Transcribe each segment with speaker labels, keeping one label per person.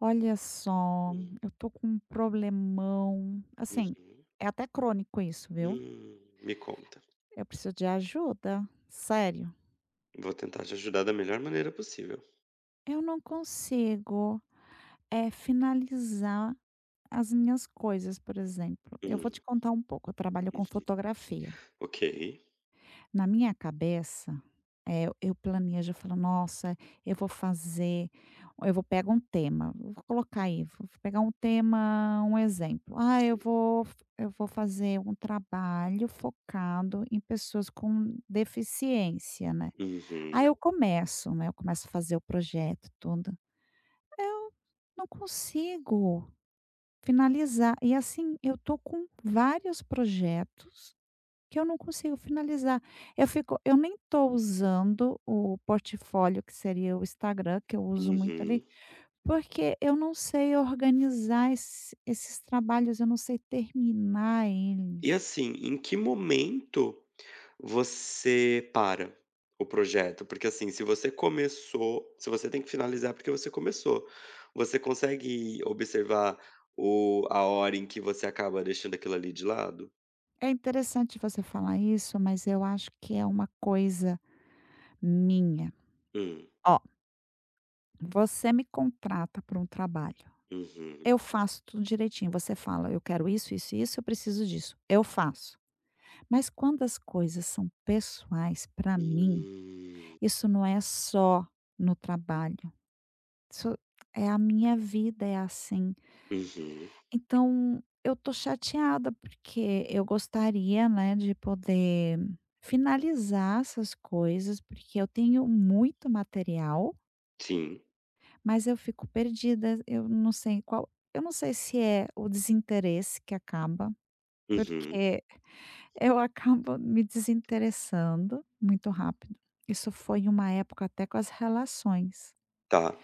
Speaker 1: Olha só,
Speaker 2: Hum,
Speaker 1: eu tô com um problemão, assim,
Speaker 2: uhum.
Speaker 1: é até crônico isso, viu?
Speaker 2: Me conta.
Speaker 1: Eu preciso de ajuda, sério.
Speaker 2: Vou tentar te ajudar da melhor maneira possível.
Speaker 1: Eu não consigo, é finalizar as minhas coisas, por exemplo. Eu
Speaker 2: Hum,
Speaker 1: vou te contar um pouco, eu trabalho com
Speaker 2: hum.
Speaker 1: fotografia.
Speaker 2: Ok.
Speaker 1: Na minha cabeça, eu planejo, eu falo: "Nossa, eu vou fazer", eu vou pegar um tema, vou colocar aí, vou pegar um tema, um exemplo: "Ah, eu vou fazer um trabalho focado em pessoas com deficiência", né. Aí
Speaker 2: Uhum,
Speaker 1: eu começo, né, eu começo a fazer o projeto, tudo. Eu não consigo finalizar. E assim, eu tô com vários projetos que eu não consigo finalizar. Eu fico, eu nem estou usando o portfólio, que seria o Instagram, que eu uso muito
Speaker 2: uhum.
Speaker 1: ali, porque eu não sei organizar esses trabalhos, eu não sei terminar
Speaker 2: E
Speaker 1: eles.
Speaker 2: assim, em que momento você para o projeto? Porque assim, se você começou, se você tem que finalizar porque você começou, você consegue observar a hora em que você acaba deixando aquilo ali de lado?
Speaker 1: É interessante você falar isso, mas eu acho que é uma coisa minha.
Speaker 2: Hum,
Speaker 1: Ó, você me contrata para um trabalho.
Speaker 2: uhum,
Speaker 1: Eu faço tudo direitinho. Você fala: "Eu quero isso, isso e isso, eu preciso disso". Eu faço. Mas quando as coisas são pessoais para mim.
Speaker 2: hum,
Speaker 1: Isso não é só no trabalho, isso é, a minha vida é assim.
Speaker 2: uhum,
Speaker 1: Então eu tô chateada, porque eu gostaria, né, de poder finalizar essas coisas, porque eu tenho muito material,
Speaker 2: sim,
Speaker 1: mas eu fico perdida, eu não sei qual, eu não sei se é o desinteresse que acaba,
Speaker 2: uhum.
Speaker 1: porque eu acabo me desinteressando muito rápido. Isso foi uma época até com as relações.
Speaker 2: Tá.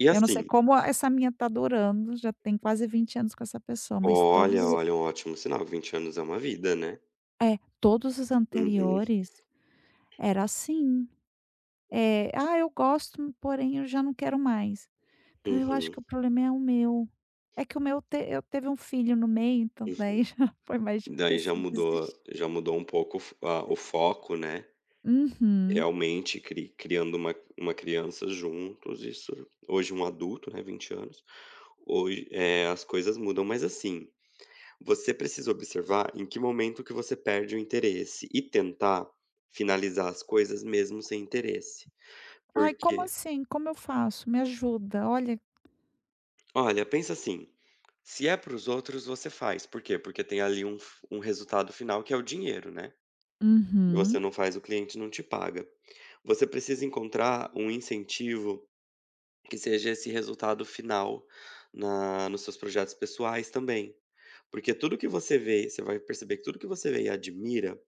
Speaker 2: E
Speaker 1: Eu não sei
Speaker 2: assim
Speaker 1: como essa minha tá durando, já tem quase 20 anos com essa pessoa, mas todos
Speaker 2: olha,
Speaker 1: os,
Speaker 2: olha, um ótimo sinal, 20 anos é uma vida, né.
Speaker 1: é, todos os
Speaker 2: Uhum,
Speaker 1: anteriores era assim. É, "Ah, eu gosto, porém eu já não quero mais". Então eu acho
Speaker 2: uhum,
Speaker 1: que o problema é o meu. É que o meu te eu teve um filho no meio, então
Speaker 2: uhum.
Speaker 1: daí já foi mais
Speaker 2: Daí já
Speaker 1: difícil
Speaker 2: mudou
Speaker 1: desistir.
Speaker 2: já mudou um pouco o f a o foco, né,
Speaker 1: Uhum.
Speaker 2: realmente criando uma criança juntos, isso hoje um adulto, né, 20 anos, hoje, as coisas mudam. Mas assim, você precisa observar em que momento que você perde o interesse e tentar finalizar as coisas mesmo sem interesse,
Speaker 1: "Ai, como
Speaker 2: porque.
Speaker 1: assim? Como eu faço? Me ajuda, olha."
Speaker 2: Olha, pensa assim, se é para os outros você faz, por quê? Porque tem ali um f um resultado final que é o dinheiro, né, se você
Speaker 1: Uhum.
Speaker 2: não faz o cliente não te paga. Você precisa encontrar um incentivo que seja esse resultado final na nos seus projetos pessoais também, porque tudo que você vê você vai perceber que tudo que você vê e admira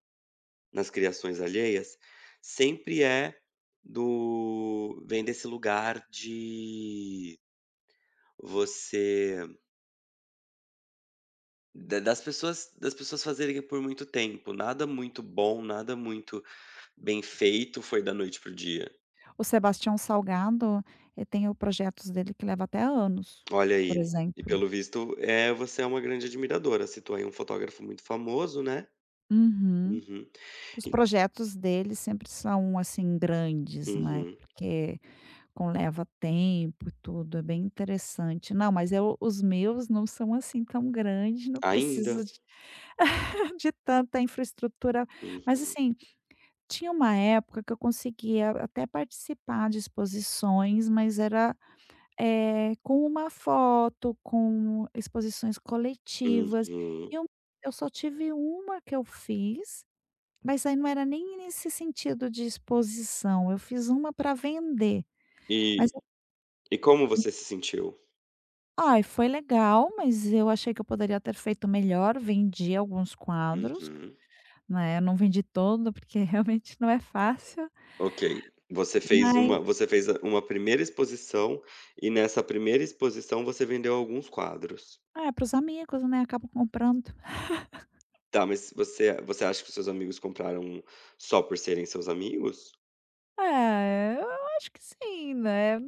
Speaker 2: nas criações alheias, sempre é do vem desse lugar de você Da das pessoas fazerem por muito tempo, nada muito bom, nada muito bem feito foi da noite pro dia.
Speaker 1: O Sebastião Salgado, tem o projetos dele que leva até anos,
Speaker 2: Olha
Speaker 1: por
Speaker 2: aí, e
Speaker 1: exemplo.
Speaker 2: pelo visto, você é uma grande admiradora, citou aí um fotógrafo muito famoso, né.
Speaker 1: Uhum.
Speaker 2: Uhum.
Speaker 1: Os
Speaker 2: E
Speaker 1: projetos dele sempre são, assim, grandes, né,
Speaker 2: uhum.
Speaker 1: porque conleva tempo e tudo, é bem interessante. Não, mas eu, os meus não são, assim, tão grandes, não
Speaker 2: Ainda.
Speaker 1: preciso de de tanta infraestrutura. Mas,
Speaker 2: Uhum,
Speaker 1: assim, tinha uma época que eu conseguia até participar de exposições, mas era, com uma foto, com exposições coletivas,
Speaker 2: uhum.
Speaker 1: e eu só tive uma que eu fiz, mas aí não era nem nesse sentido de exposição, eu fiz uma para vender,
Speaker 2: E
Speaker 1: mas
Speaker 2: e como você se sentiu?
Speaker 1: ai, foi legal, mas eu achei que eu poderia ter feito melhor, vendi alguns quadros,
Speaker 2: Uhum.
Speaker 1: né. Eu não vendi todo, porque realmente não é fácil,
Speaker 2: Ok. Você fez
Speaker 1: mas
Speaker 2: uma você fez a uma primeira exposição e nessa primeira exposição você vendeu alguns quadros.
Speaker 1: é, para os amigos, né, acabam comprando.
Speaker 2: Tá, mas você acha que os seus amigos compraram só por serem seus amigos?
Speaker 1: É, eu acho que sim, né.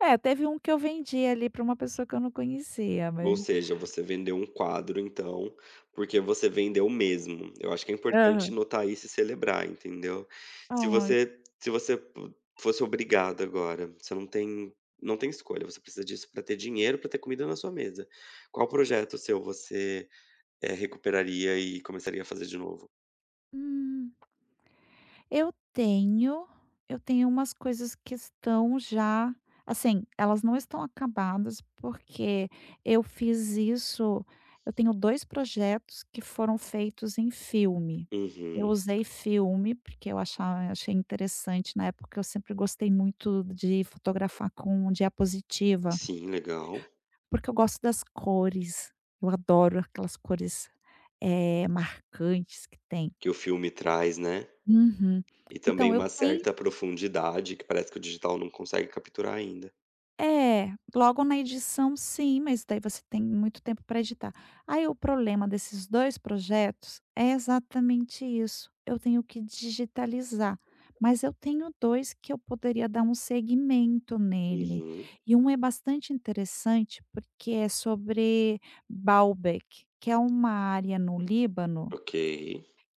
Speaker 1: É, teve um que eu vendi ali para uma pessoa que eu não conhecia,
Speaker 2: Ou
Speaker 1: mas.
Speaker 2: seja, você vendeu um quadro então, porque você vendeu mesmo. Eu acho que é importante
Speaker 1: Aham.
Speaker 2: notar isso e celebrar, entendeu. Se
Speaker 1: Ai.
Speaker 2: você se você po fosse obrigado agora, você não tem escolha, você precisa disso para ter dinheiro, para ter comida na sua mesa. Qual projeto seu você, recuperaria e começaria a fazer de novo?
Speaker 1: Hum. Eu tenho, eu tenho umas coisas que estão já, assim, elas não estão acabadas, porque eu fiz isso, eu tenho 2 projetos que foram feitos em filme. Eu
Speaker 2: Uhum.
Speaker 1: usei filme, porque eu achava achei interessante na época, eu sempre gostei muito de fotografar com diapositiva,
Speaker 2: Sim, legal.
Speaker 1: porque eu gosto das cores, eu adoro aquelas cores, marcantes que tem.
Speaker 2: Que o filme traz, né?
Speaker 1: Uhum.
Speaker 2: E
Speaker 1: Então
Speaker 2: também
Speaker 1: eu
Speaker 2: uma
Speaker 1: tenho,
Speaker 2: certa profundidade que parece que o digital não consegue capturar ainda.
Speaker 1: é, logo na edição sim, mas daí você tem muito tempo para editar. Aí o problema desses 2 projetos é exatamente isso, eu tenho que digitalizar, mas eu tenho 2 que eu poderia dar um segmento nele,
Speaker 2: Uhum.
Speaker 1: e um é bastante interessante, porque é sobre Baalbek, que é uma área no Líbano
Speaker 2: Ok.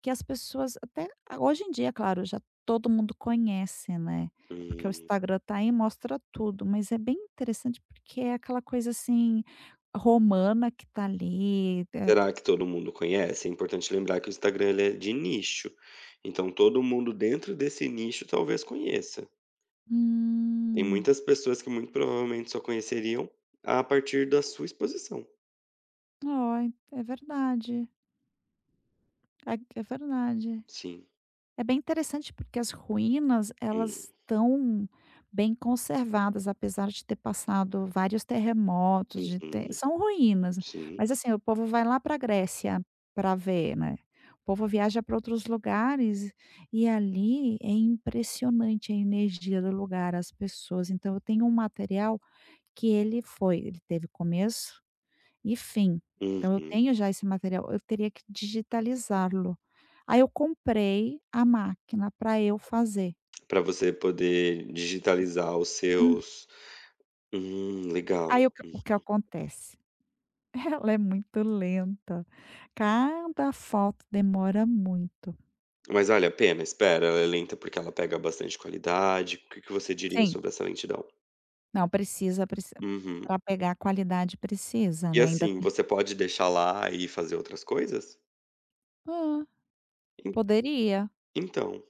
Speaker 1: que as pessoas até hoje em dia, claro, já todo mundo conhece, né, porque o
Speaker 2: Hum.
Speaker 1: Instagram tá aí e mostra tudo, mas é bem interessante porque é aquela coisa, assim, romana que tá ali. É,
Speaker 2: Será que todo mundo conhece? É importante lembrar que o Instagram ele é de nicho, então todo mundo dentro desse nicho talvez conheça. Tem
Speaker 1: hum,
Speaker 2: muitas pessoas que muito provavelmente só conheceriam a partir da sua exposição.
Speaker 1: ó, é verdade, é é verdade.
Speaker 2: Sim.
Speaker 1: É bem interessante porque as ruínas,
Speaker 2: Hum.
Speaker 1: elas estão bem conservadas, apesar de ter passado vários terremotos, de ter,
Speaker 2: Uhum.
Speaker 1: são ruínas,
Speaker 2: Sim.
Speaker 1: mas assim, o povo vai lá para a Grécia para ver, né. O povo viaja para outros lugares, e ali é impressionante a energia do lugar, as pessoas. Então eu tenho um material que ele foi, ele teve começo e fim. Então eu
Speaker 2: Uhum.
Speaker 1: tenho já esse material, eu teria que digitalizá-lo. Aí eu comprei a máquina para eu fazer.
Speaker 2: Pra você poder digitalizar os
Speaker 1: Hum.
Speaker 2: seus. Hum, legal.
Speaker 1: Aí o que acontece? Ela é muito lenta, cada foto demora muito.
Speaker 2: Mas vale a pena, espera, ela é lenta porque ela pega bastante qualidade. O que que você diria
Speaker 1: Sim,
Speaker 2: sobre essa lentidão?
Speaker 1: não precisa,
Speaker 2: Uhum.
Speaker 1: para pegar a qualidade precisa,
Speaker 2: E
Speaker 1: né, ainda
Speaker 2: assim,
Speaker 1: tem,
Speaker 2: você pode deixar lá e fazer outras coisas?
Speaker 1: hã,
Speaker 2: En
Speaker 1: poderia.
Speaker 2: Então,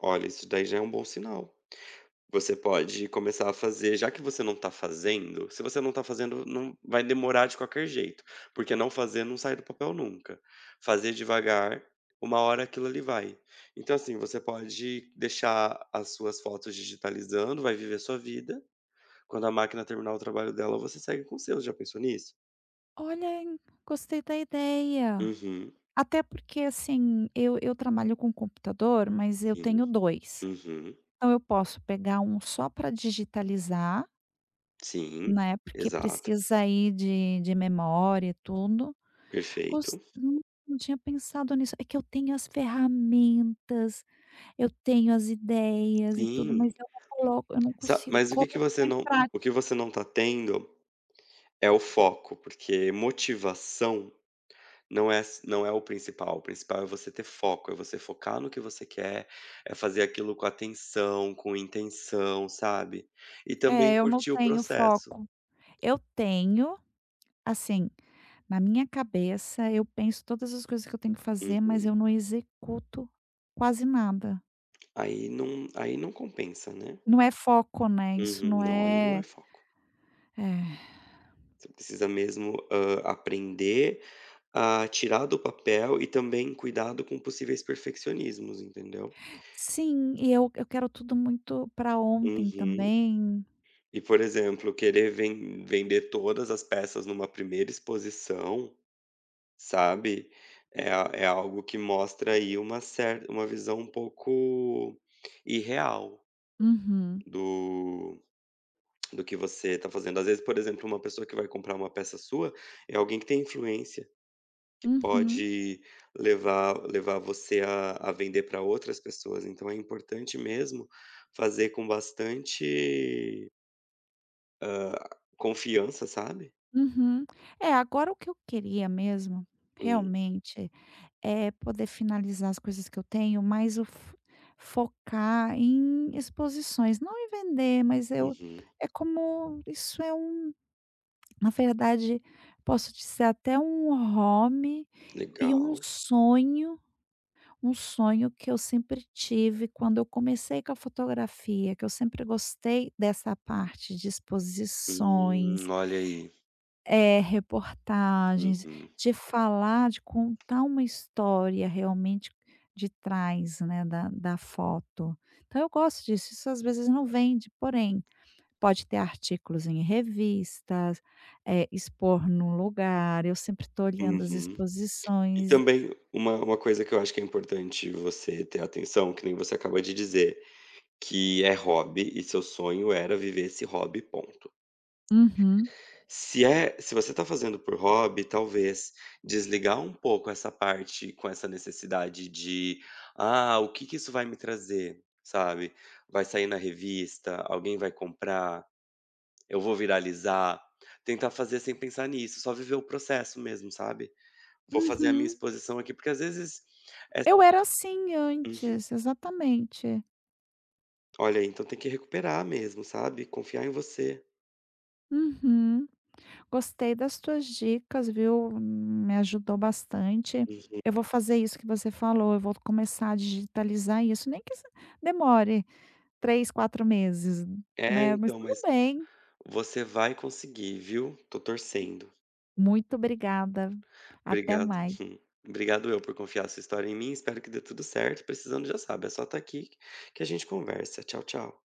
Speaker 2: olha, isso daí já é um bom sinal. Você pode começar a fazer, já que você não tá fazendo se você não tá fazendo, não vai demorar de qualquer jeito, porque não fazer não sai do papel nunca. Fazer devagar, uma hora aquilo ali vai. Então assim, você pode deixar as suas fotos digitalizando, vai viver sua vida. Quando a máquina terminar o trabalho dela, você segue com o seu, já pensou nisso?
Speaker 1: Olha, hein, gostei da ideia.
Speaker 2: Uhum,
Speaker 1: Até porque, assim, eu trabalho com computador, mas eu
Speaker 2: sim,
Speaker 1: tenho dois.
Speaker 2: uhum,
Speaker 1: Então eu posso pegar um só para digitalizar,
Speaker 2: sim,
Speaker 1: né, porque
Speaker 2: exato,
Speaker 1: precisa aí de memória e tudo. Gos
Speaker 2: perfeito.
Speaker 1: Hum, não tinha pensado nisso. É que eu tenho as ferramentas, eu tenho as ideias e tudo,
Speaker 2: Sim,
Speaker 1: mas eu não coloco, eu não
Speaker 2: sa
Speaker 1: consigo
Speaker 2: mas
Speaker 1: colocar em
Speaker 2: o que
Speaker 1: prática.
Speaker 2: você não tá tendo é o foco, porque motivação não é o principal é você ter foco, é você focar no que você quer, é fazer aquilo com atenção, com intenção, sabe? E
Speaker 1: É,
Speaker 2: também
Speaker 1: eu não
Speaker 2: curtir o
Speaker 1: tenho
Speaker 2: processo.
Speaker 1: foco. Eu tenho, assim, na minha cabeça, eu penso todas as coisas que eu tenho que fazer, mas
Speaker 2: Uhum.
Speaker 1: eu não executo quase nada.
Speaker 2: Aí não compensa, né?
Speaker 1: Não é foco, né, isso
Speaker 2: Uhum,
Speaker 1: não
Speaker 2: não, aí não
Speaker 1: é,
Speaker 2: é foco.
Speaker 1: é.
Speaker 2: Você precisa mesmo, aprender a tirar do papel e também cuidado com possíveis perfeccionismos, entendeu?
Speaker 1: Sim, e eu quero tudo muito para ontem
Speaker 2: Uhum.
Speaker 1: também.
Speaker 2: E, por exemplo, querer vender todas as peças numa primeira exposição, sabe, é a é algo que mostra aí uma visão um pouco irreal
Speaker 1: Uhum,
Speaker 2: do do que você está fazendo. Às vezes, por exemplo, uma pessoa que vai comprar uma peça sua é alguém que tem influência.
Speaker 1: uhum,
Speaker 2: Pode levar você a vender para outras pessoas, então é importante mesmo fazer com bastante, hã, confiança, sabe.
Speaker 1: uhum. É, agora o que eu queria mesmo,
Speaker 2: Hum,
Speaker 1: realmente, é poder finalizar as coisas que eu tenho, mas o fo focar em exposições, não em vender, mas eu,
Speaker 2: uhum,
Speaker 1: é como isso é um, na verdade, posso dizer até um hobby e um
Speaker 2: legal.
Speaker 1: sonho. Um sonho que eu sempre tive quando eu comecei com a fotografia, que eu sempre gostei dessa parte de exposições,
Speaker 2: Olha aí.
Speaker 1: reportagens,
Speaker 2: Uhum,
Speaker 1: de falar, de contar uma história realmente de trás, né, da foto. Então eu gosto disso, isso às vezes não vende, porém, pode ter artigos em revistas, expor num lugar, eu sempre estou olhando as
Speaker 2: uhum. E
Speaker 1: exposições.
Speaker 2: também uma coisa que eu acho que é importante você ter atenção, que nem você acaba de dizer, que é hobby e seu sonho era viver esse hobby, ponto.
Speaker 1: Uhum,
Speaker 2: Se você está fazendo por hobby, talvez desligar um pouco essa parte com essa necessidade de: "Ah, o que que isso vai me trazer?", sabe. Vai sair na revista, alguém vai comprar, eu vou viralizar. Tentar fazer sem pensar nisso, só viver o processo mesmo, sabe. Vou fazer a minha
Speaker 1: uhum.
Speaker 2: exposição aqui, porque às vezes é.
Speaker 1: Eu era assim
Speaker 2: Uhum.
Speaker 1: antes, exatamente.
Speaker 2: Olha, então tem que recuperar mesmo, sabe, confiar em você.
Speaker 1: Uhum. Gostei das tuas dicas, viu, me ajudou bastante.
Speaker 2: Uhum.
Speaker 1: Eu vou fazer isso que você falou, eu vou começar a digitalizar isso, nem que se demore 3, 4 meses,
Speaker 2: É,
Speaker 1: né, mas
Speaker 2: então,
Speaker 1: tudo
Speaker 2: mas
Speaker 1: bem.
Speaker 2: você vai conseguir, viu. Tô torcendo.
Speaker 1: Muito obrigada. Até
Speaker 2: Obrigado.
Speaker 1: mais.
Speaker 2: Obrigado eu por confiar essa história em mim, espero que dê tudo certo, precisando já sabe, é só estar aqui que a gente conversa. Tchau, tchau.